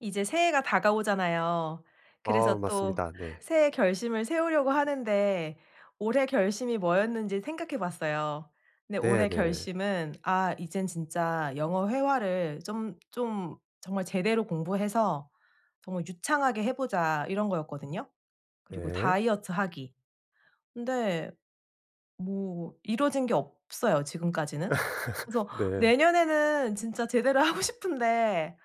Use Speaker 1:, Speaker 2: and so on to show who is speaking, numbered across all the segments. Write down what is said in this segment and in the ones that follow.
Speaker 1: 이제 새해가 다가오잖아요.
Speaker 2: 아
Speaker 1: 그래서 또
Speaker 2: 맞습니다. 네.
Speaker 1: 새해 결심을 세우려고 하는데 올해 결심이 뭐였는지 생각해 봤어요. 근데 올해
Speaker 2: 네네.
Speaker 1: 결심은 '아 이젠 진짜 영어 회화를 좀 정말 제대로 공부해서 정말 유창하게 해 보자.' 이런 거였거든요. 그리고
Speaker 2: 네.
Speaker 1: 다이어트 하기. 근데 뭐 이뤄진 게 없어요 지금까지는. 그래서
Speaker 2: 네.
Speaker 1: 내년에는 진짜 제대로 하고 싶은데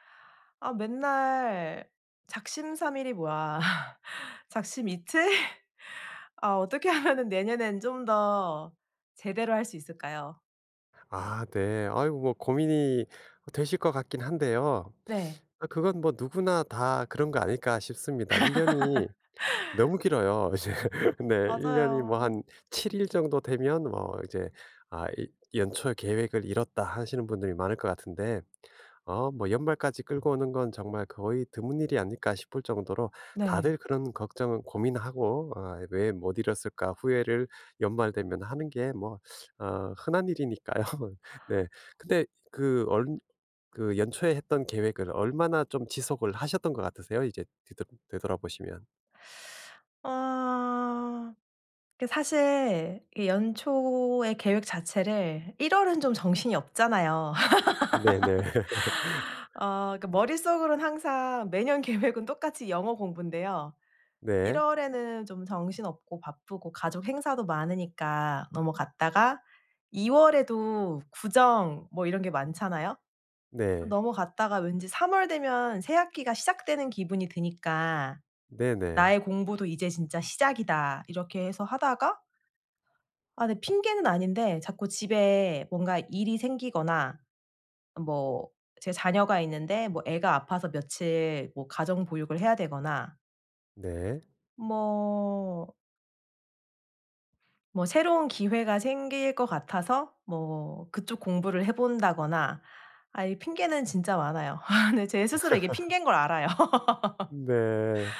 Speaker 1: 아 맨날 작심삼일이 뭐야. 작심 이틀? 아 어떻게 하면은 내년엔 좀 더 제대로 할 수 있을까요?
Speaker 2: 아 네. 아이고 뭐 고민이 되실 것 같긴 한데요.
Speaker 1: 네.
Speaker 2: 아 그건 뭐 '누구나 다 그런 거 아닐까?' 싶습니다. 1 년이 너무 길어요. 이제 네 1 년이 뭐
Speaker 1: 맞아요.
Speaker 2: 한 7일 정도 되면 뭐 이제 '아 이 연초 계획을 이뤘다.' 하시는 분들이 많을 것 같은데 어 뭐 '연말까지 끌고 오는 건 정말 거의 드문 일이 아닐까.' 싶을 정도로
Speaker 1: 네.
Speaker 2: 다들 그런 걱정은 고민하고 아 '왜 못 이뤘을까.' 후회를 연말 되면 하는 게 뭐 어 흔한 일이니까요. 네. 근데 그 얼 그 연초에 했던 계획을 얼마나 좀 지속을 하셨던 것 같으세요? 이제 뒤돌 되돌아보시면.
Speaker 1: 아 그 사실 이 연초의 계획 자체를 1 월은 좀 정신이 없잖아요.
Speaker 2: 네네.
Speaker 1: 어 그 머릿속으로는 항상 매년 계획은 똑같이 영어 공부인데요. 1
Speaker 2: 네.
Speaker 1: 월에는 좀 정신없고 바쁘고 가족 행사도 많으니까 넘어갔다가 2 월에도 구정 뭐 이런 게 많잖아요.
Speaker 2: 네.
Speaker 1: 넘어갔다가 왠지 3월 되면 새 학기가 시작되는 기분이 드니까
Speaker 2: 네네.
Speaker 1: '나의 공부도 이제 진짜 시작이다.' 이렇게 해서 하다가 아 네, 핑계는 아닌데 자꾸 집에 뭔가 일이 생기거나 뭐 제 자녀가 있는데 뭐 애가 아파서 며칠 뭐 가정 보육을 해야 되거나
Speaker 2: 네.
Speaker 1: 뭐 뭐 새로운 기회가 생길 것 같아서 뭐 그쪽 공부를 해 본다거나 아 이 핑계는 진짜 많아요. 네, 제 스스로 이게 핑계인 걸 알아요.
Speaker 2: 네.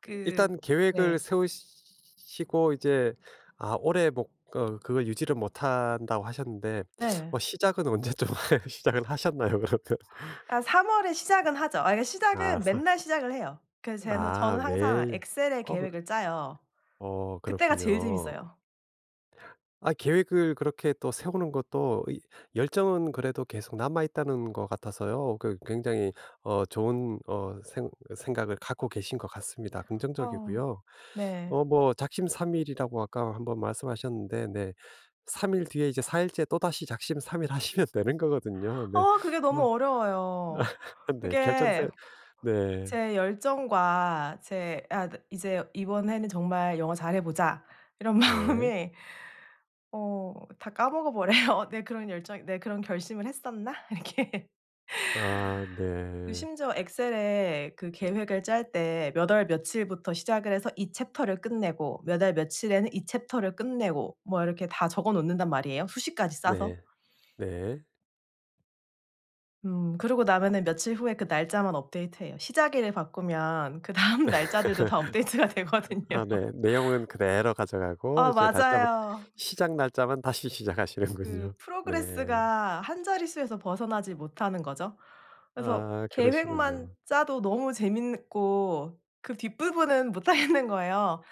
Speaker 1: 그
Speaker 2: 일단 계획을
Speaker 1: 네.
Speaker 2: 세우시고 이제 아 올해 목 어 그걸 유지를 못한다고 하셨는데
Speaker 1: 네.
Speaker 2: 어 시작은 언제쯤 시작을 하셨나요 그러면?
Speaker 1: 아 3 월에 시작은 하죠. 아 그러니까
Speaker 2: 아
Speaker 1: 시작은
Speaker 2: 사
Speaker 1: 맨날 시작을 해요. 그래서 제는
Speaker 2: 아
Speaker 1: 저는 항상
Speaker 2: 매일.
Speaker 1: 엑셀에
Speaker 2: 어 그
Speaker 1: 계획을 짜요.
Speaker 2: 어
Speaker 1: 그때가 제일
Speaker 2: 그렇군요.
Speaker 1: 재밌어요.
Speaker 2: 아 계획을 그렇게 또 세우는 것도 이 열정은 그래도 계속 남아 있다는 것 같아서요. 그 굉장히 어 좋은 어 생 생각을 갖고 계신 것 같습니다.
Speaker 1: 어.
Speaker 2: 긍정적이고요.
Speaker 1: 네.
Speaker 2: 어 뭐 작심삼일이라고 아까 한번 말씀하셨는데 네 3일 뒤에 이제 4일째 또다시 작심삼일 하시면 되는 거거든요. 네.
Speaker 1: 아 그게
Speaker 2: 어
Speaker 1: 너무 어려워요.
Speaker 2: 네. 결정세
Speaker 1: 그게
Speaker 2: 네.
Speaker 1: 제 열정과 제 '아 네, 이제 이번 해는 정말 영어 잘해 보자.' 이런
Speaker 2: 네.
Speaker 1: 마음이 어 다 까먹어 버려요. '내 그런 열정, 내 그런 결심을 했었나?' 이렇게.
Speaker 2: 아
Speaker 1: 그
Speaker 2: 네.
Speaker 1: 심지어 엑셀에 그 계획을 짤 때 몇 월 며칠부터 시작을 해서 이 챕터를 끝내고 몇 월 며칠에는 이 챕터를 끝내고 뭐 이렇게 다 적어 놓는단 말이에요, 수식까지 싸서.
Speaker 2: 네. 네.
Speaker 1: 그러고 나면은 며칠 후에 그 날짜만 업데이트해요. 시작일을 바꾸면 그다음 날짜들도 다 업데이트가 되거든요.
Speaker 2: 아 네. 내용은 그대로 가져가고
Speaker 1: 아
Speaker 2: 이제 날짜만
Speaker 1: 맞아요.
Speaker 2: 시작 날짜만 다시
Speaker 1: 그
Speaker 2: 시작하시는군요. 네.
Speaker 1: 프로그레스가 한 자릿수에서 벗어나지 못하는 거죠. 그래서
Speaker 2: 아
Speaker 1: 계획만
Speaker 2: 그러시군요.
Speaker 1: 짜도 너무 재밌고 그 뒷부분은 못하겠는 거예요.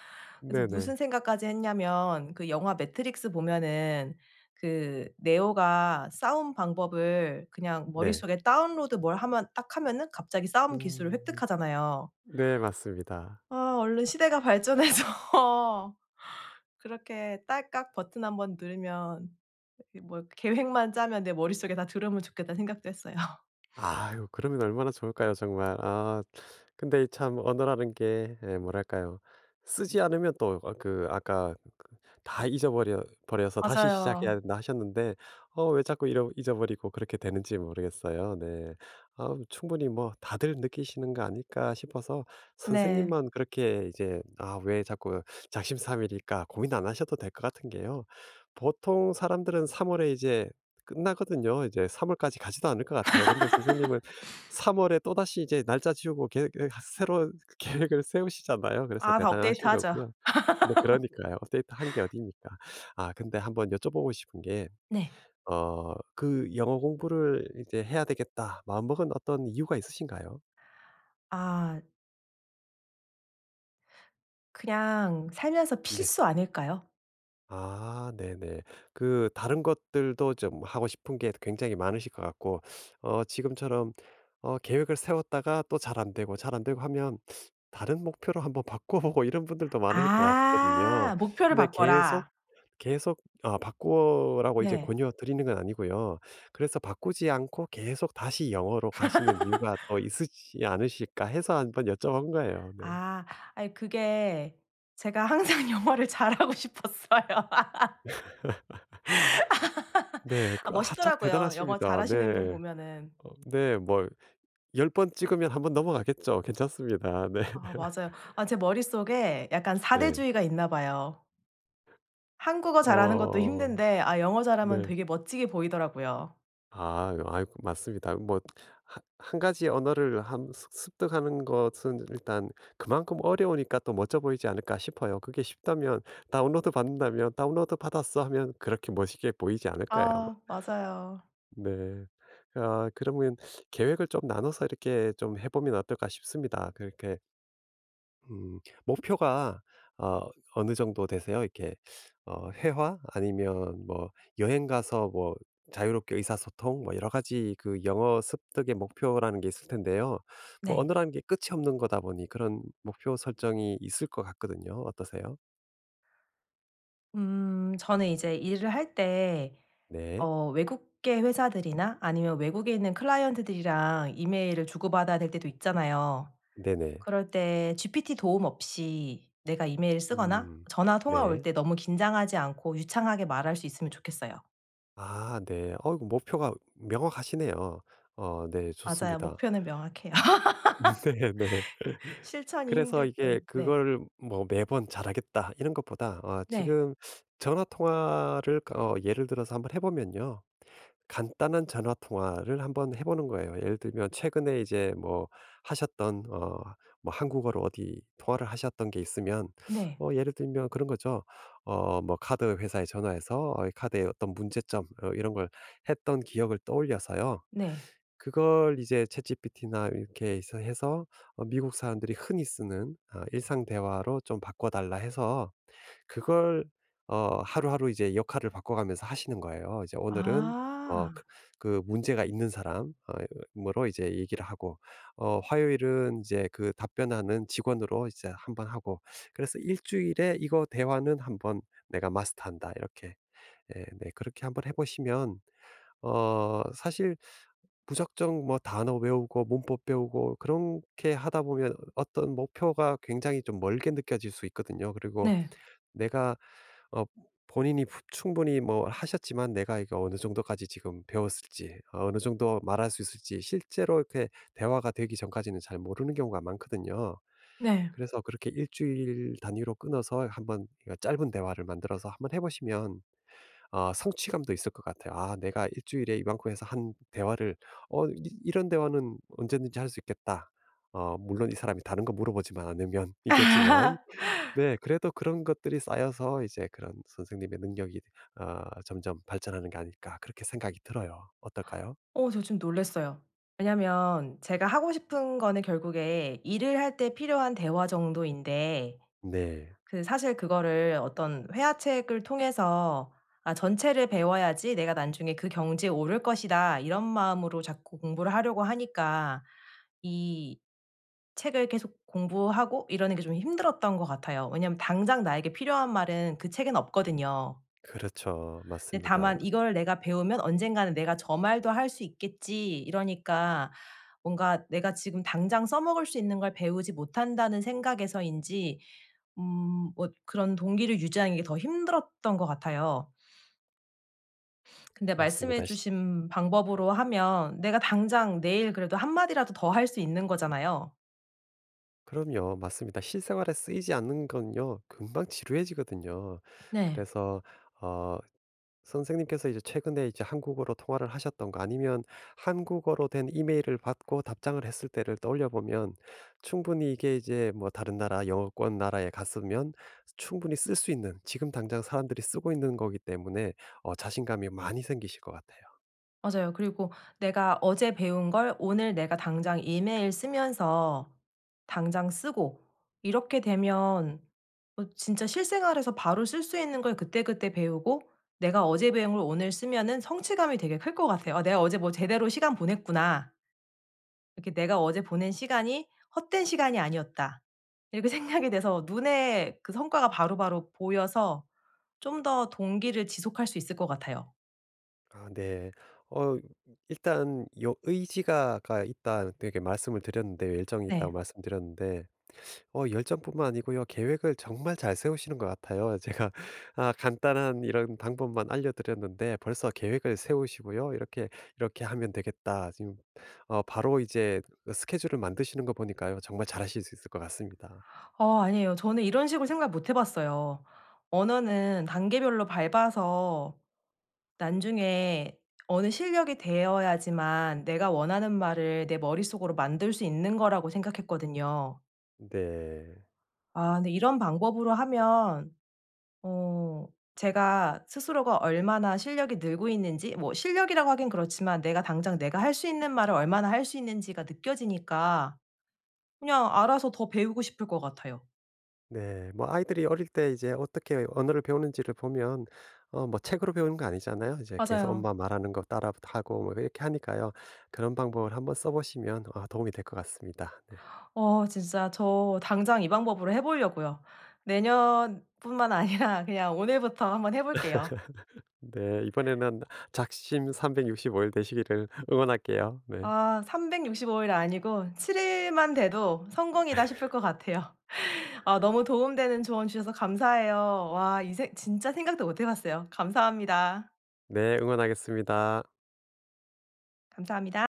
Speaker 1: 그래서
Speaker 2: 네네.
Speaker 1: 무슨 생각까지 했냐면, 그 영화 매트릭스 보면은 그 네오가 싸움 방법을 그냥
Speaker 2: 네.
Speaker 1: 머릿속에 다운로드 뭘 하면 딱 하면은 갑자기 싸움 기술을
Speaker 2: 음.
Speaker 1: 획득하잖아요.
Speaker 2: 네 맞습니다.
Speaker 1: 아 얼른 시대가 발전해서 그렇게 딸깍 버튼 한번 누르면 그 뭐 계획만 짜면 '내 머릿속에 다 들어오면 좋겠다.'는 생각도 했어요.
Speaker 2: 아유 그러면 얼마나 좋을까요 정말. 아 근데 이참 언어라는 게 예 뭐랄까요. 쓰지 않으면 또 어 그 아까 다 잊어버려 버려서 다시
Speaker 1: 맞아요.
Speaker 2: 시작해야 된다 하셨는데 어 왜 자꾸 잃어 잊어버리고 그렇게 되는지 모르겠어요. 네. 아 충분히 뭐 다들 느끼시는 거 아닐까 싶어서
Speaker 1: 네.
Speaker 2: 선생님만 그렇게 이제 '아 왜 자꾸 작심삼일일까.' 고민 안 하셔도 될 것 같은 게요. 보통 사람들은 3 월에 이제 끝나거든요. 이제 3 월까지 가지도 않을 것 같아요. 근데 선생님은 3 월에 또다시 이제 날짜 지우고 계획 예 새로운 계획을 세우시잖아요. 그래서
Speaker 1: 아 다
Speaker 2: 대단하신
Speaker 1: 업데이트하죠.
Speaker 2: 거고요. 네 그러니까요. 데이터 한게 어디입니까? 아 근데 한번 여쭤보고 싶은 게
Speaker 1: 네.
Speaker 2: 어 그 '영어 공부를 이제 해야 되겠다.' 마음먹은 어떤 이유가 있으신가요?
Speaker 1: 아 그냥 살면서
Speaker 2: 네.
Speaker 1: 필수 아닐까요?
Speaker 2: 아 네네. 그 다른 것들도 좀 하고 싶은 게 굉장히 많으실 것 같고 어 지금처럼 어 계획을 세웠다가 또 잘 안 되고, 잘 안 되고 하면 다른 목표로 한번 바꿔 보고 이런 분들도 많을 것 같거든요.
Speaker 1: 아 목표를
Speaker 2: 근데 계속
Speaker 1: 바꿔라.
Speaker 2: 계속 아 바꾸라고 이제
Speaker 1: 네.
Speaker 2: 권유드리는 건 아니고요. 그래서 바꾸지 않고 계속 다시 영어로 가시는 이유가 또 있으시지 않으실까 해서 한번 여쭤본 거예요. 네.
Speaker 1: 아 아니 그게 제가 항상 영어를 잘하고 싶었어요.
Speaker 2: 네.
Speaker 1: 아
Speaker 2: 그 아 참
Speaker 1: 멋있더라고요, 영어
Speaker 2: 대단하십니다.
Speaker 1: 잘하시는 분
Speaker 2: 네.
Speaker 1: 보면은.
Speaker 2: 어 네. 뭐 10번 찍으면 한번 넘어가겠죠. 괜찮습니다. 네.
Speaker 1: 아 맞아요. 아 제 머릿속에 약간
Speaker 2: 네.
Speaker 1: 사대주의가 있나 봐요. 한국어 잘하는 것도
Speaker 2: 어
Speaker 1: 힘든데 아 영어 잘하면
Speaker 2: 네.
Speaker 1: 되게 멋지게 보이더라고요.
Speaker 2: 아 아이 맞습니다. 뭐 하 한 가지 언어를 함 습 습득하는 것은 일단 그만큼 어려우니까 또 멋져 보이지 않을까 싶어요. 그게 쉽다면 다운로드 받는다면 "다운로드 받았어." 하면 그렇게 멋있게 보이지 않을 거예요 아마.
Speaker 1: 아 맞아요.
Speaker 2: 네. 아 그러면 계획을 좀 나눠서 이렇게 좀 해 보면 어떨까 싶습니다. 그렇게 목표가 어 어느 정도 되세요? 이렇게 어 회화 아니면 뭐 여행 가서 뭐 자유롭게 의사소통 뭐 여러 가지 그 영어 습득의 목표라는 게 있을 텐데요. 뭐
Speaker 1: 네.
Speaker 2: 언어라는 게 끝이 없는 거다 보니 그런 목표 설정이 있을 것 같거든요. 어떠세요?
Speaker 1: 저는 이제 일을 할 때
Speaker 2: 네.
Speaker 1: 어 외국계 회사들이나 아니면 외국에 있는 클라이언트들이랑 이메일을 주고받아야 될 때도 있잖아요.
Speaker 2: 네네.
Speaker 1: 그럴 때 GPT 도움 없이 내가 이메일을 쓰거나
Speaker 2: 음.
Speaker 1: 전화 통화 올
Speaker 2: 네.
Speaker 1: 때 너무 긴장하지 않고 유창하게 말할 수 있으면 좋겠어요.
Speaker 2: 아 네. 어이구 목표가 명확하시네요. 어 네
Speaker 1: 맞아요.
Speaker 2: 좋습니다.
Speaker 1: 목표는 명확해요.
Speaker 2: 네네.
Speaker 1: 실천이
Speaker 2: 그래서
Speaker 1: 힘들
Speaker 2: 이게
Speaker 1: 뿐.
Speaker 2: 그
Speaker 1: 네.
Speaker 2: 걸 뭐 매번 잘하겠다 이런 것보다 어
Speaker 1: 네.
Speaker 2: 지금 전화 통화를 어 예를 들어서 한번 해 보면요. 간단한 전화 통화를 한번 해 보는 거예요. 예를 들면 최근에 이제 뭐 하셨던 어 뭐 한국어로 어디 통화를 하셨던 게 있으면
Speaker 1: 네.
Speaker 2: 어 예를 들면 그런 거죠. 어 뭐 카드 회사에 전화해서 어 이 카드의 어떤 문제점 어 이런 걸 했던 기억을 떠올려서요.
Speaker 1: 네.
Speaker 2: 그걸 이제 챗GPT나 이렇게 해서 어 미국 사람들이 흔히 쓰는 아 일상 대화로 좀 바꿔 달라 해서 그걸 어 하루하루 이제 역할을 바꿔가면서 하시는 거예요. 이제 오늘은 어
Speaker 1: 아.
Speaker 2: 그 문제가 있는 사람 으로 이제 얘기를 하고 어 화요일은 이제 그 답변하는 직원으로 이제 한번 하고 그래서 '일 주일에 이거 대화는 한번 내가 마스터한다.' 이렇게. 예 네. 그렇게 한번 해 보시면 어 사실 무작정 뭐 단어 외우고 문법 배우고 그렇게 하다 보면 어떤 목표가 굉장히 좀 멀게 느껴질 수 있거든요. 그리고
Speaker 1: 네.
Speaker 2: 내가 어 본인이 충분히 뭐 하셨지만 내가 이거 어느 정도까지 지금 배웠을지 어느 정도 말할 수 있을지 실제로 이렇게 대화가 되기 전까지는 잘 모르는 경우가 많거든요.
Speaker 1: 네.
Speaker 2: 그래서 그렇게 일주일 단위로 끊어서 한번 이거 짧은 대화를 만들어서 한번 해보시면 아 성취감도 있을 것 같아요. '아 내가 일주일에 이만큼 해서 한 대화를 어 이 이런 대화는 언제든지 할 수 있겠다.' 어 물론 이 사람이 다른 거 물어보지만 않으면 이겠지만 네 그래도 그런 것들이 쌓여서 이제 그런 선생님의 능력이 어 점점 발전하는 게 아닐까 그렇게 생각이 들어요. 어떨까요?
Speaker 1: 어 저 좀 놀랐어요. 왜냐면 제가 하고 싶은 거는 결국에 일을 할 때 필요한 대화 정도인데
Speaker 2: 네.
Speaker 1: 그 사실 그거를 어떤 회화책을 통해서 '아 전체를 배워야지 내가 나중에 그 경지에 오를 것이다.' 이런 마음으로 자꾸 공부를 하려고 하니까 이 책을 계속 공부하고 이러는 게 좀 힘들었던 것 같아요. 왜냐면 당장 나에게 필요한 말은 그 책엔 없거든요.
Speaker 2: 그렇죠.
Speaker 1: 근데
Speaker 2: 맞습니다.
Speaker 1: 다만 이걸 내가 배우면 언젠가는 내가 저 말도 할 수 있겠지 이러니까 뭔가 내가 지금 당장 써먹을 수 있는 걸 배우지 못한다는 생각에서인지 음 뭐 그런 동기를 유지하는 게 더 힘들었던 것 같아요. 근데
Speaker 2: 맞습니다.
Speaker 1: 말씀해 주신 방법으로 하면 내가 당장 내일 그래도 한 마디라도 더 할 수 있는 거잖아요.
Speaker 2: 그럼요. 맞습니다. 실생활에 쓰이지 않는 건요. 금방 지루해지거든요.
Speaker 1: 네.
Speaker 2: 그래서 어 선생님께서 이제 최근에 이제 한국어로 통화를 하셨던 거 아니면 한국어로 된 이메일을 받고 답장을 했을 때를 떠올려 보면 충분히 이게 이제 뭐 다른 나라 영어권 나라에 갔으면 충분히 쓸 수 있는 지금 당장 사람들이 쓰고 있는 거기 때문에 어 자신감이 많이 생기실 것 같아요.
Speaker 1: 맞아요. 그리고 내가 어제 배운 걸 오늘 내가 당장 이메일 쓰면서 당장 쓰고 이렇게 되면 어 진짜 실생활에서 바로 쓸 수 있는 걸 그때그때 배우고 내가 어제 배운 걸 오늘 쓰면은 성취감이 되게 클 것 같아요. '아 내가 어제 뭐 제대로 시간 보냈구나. 이렇게 내가 어제 보낸 시간이 헛된 시간이 아니었다.' 이렇게 생각이 돼서 눈에 그 성과가 바로바로 보여서 좀 더 동기를 지속할 수 있을 것 같아요.
Speaker 2: 아 네. 어 일단 요 의지가 가 있다 이렇게 말씀을 드렸는데 열정이 있다고
Speaker 1: 네.
Speaker 2: 말씀드렸는데 어 열정뿐만 아니고요. 계획을 정말 잘 세우시는 것 같아요. 제가 아 간단한 이런 방법만 알려드렸는데 벌써 계획을 세우시고요. 이렇게 "이렇게 하면 되겠다." 지금 어 바로 이제 그 스케줄을 만드시는 거 보니까요. 정말 잘하실 수 있을 것 같습니다.
Speaker 1: 어 아니에요. 저는 이런 식으로 생각 못 해 봤어요. 언어는 단계별로 밟아서 나중에 어느 실력이 되어야지만 내가 원하는 말을 내 머릿속으로 만들 수 있는 거라고 생각했거든요.
Speaker 2: 네.
Speaker 1: 아 근데 이런 방법으로 하면 어 제가 스스로가 얼마나 실력이 늘고 있는지, 뭐 실력이라고 하긴 그렇지만 내가 당장 내가 할 수 있는 말을 얼마나 할 수 있는지가 느껴지니까 그냥 알아서 더 배우고 싶을 것 같아요.
Speaker 2: 네. 뭐 아이들이 어릴 때 이제 어떻게 언어를 배우는지를 보면 어 뭐 책으로 배우는 거 아니잖아요. 이제 계속
Speaker 1: 맞아요.
Speaker 2: 엄마 말하는 거 따라 하고 뭐 이렇게 하니까요. 그런 방법을 한번 써 보시면 아 도움이 될 것 같습니다. 네.
Speaker 1: 어 진짜 저 당장 이 방법으로 해 보려고요. 내년뿐만 아니라 그냥 오늘부터 한번 해 볼게요.
Speaker 2: 네. 이번에는 작심 365일 되시기를 응원할게요. 네.
Speaker 1: 아 365일 아니고 7 일만 돼도 성공이다 싶을 것 같아요. 아 너무 도움되는 조언 주셔서 감사해요. 와 이 생 진짜 생각도 못해 봤어요. 감사합니다.
Speaker 2: 네. 응원하겠습니다.
Speaker 1: 감사합니다.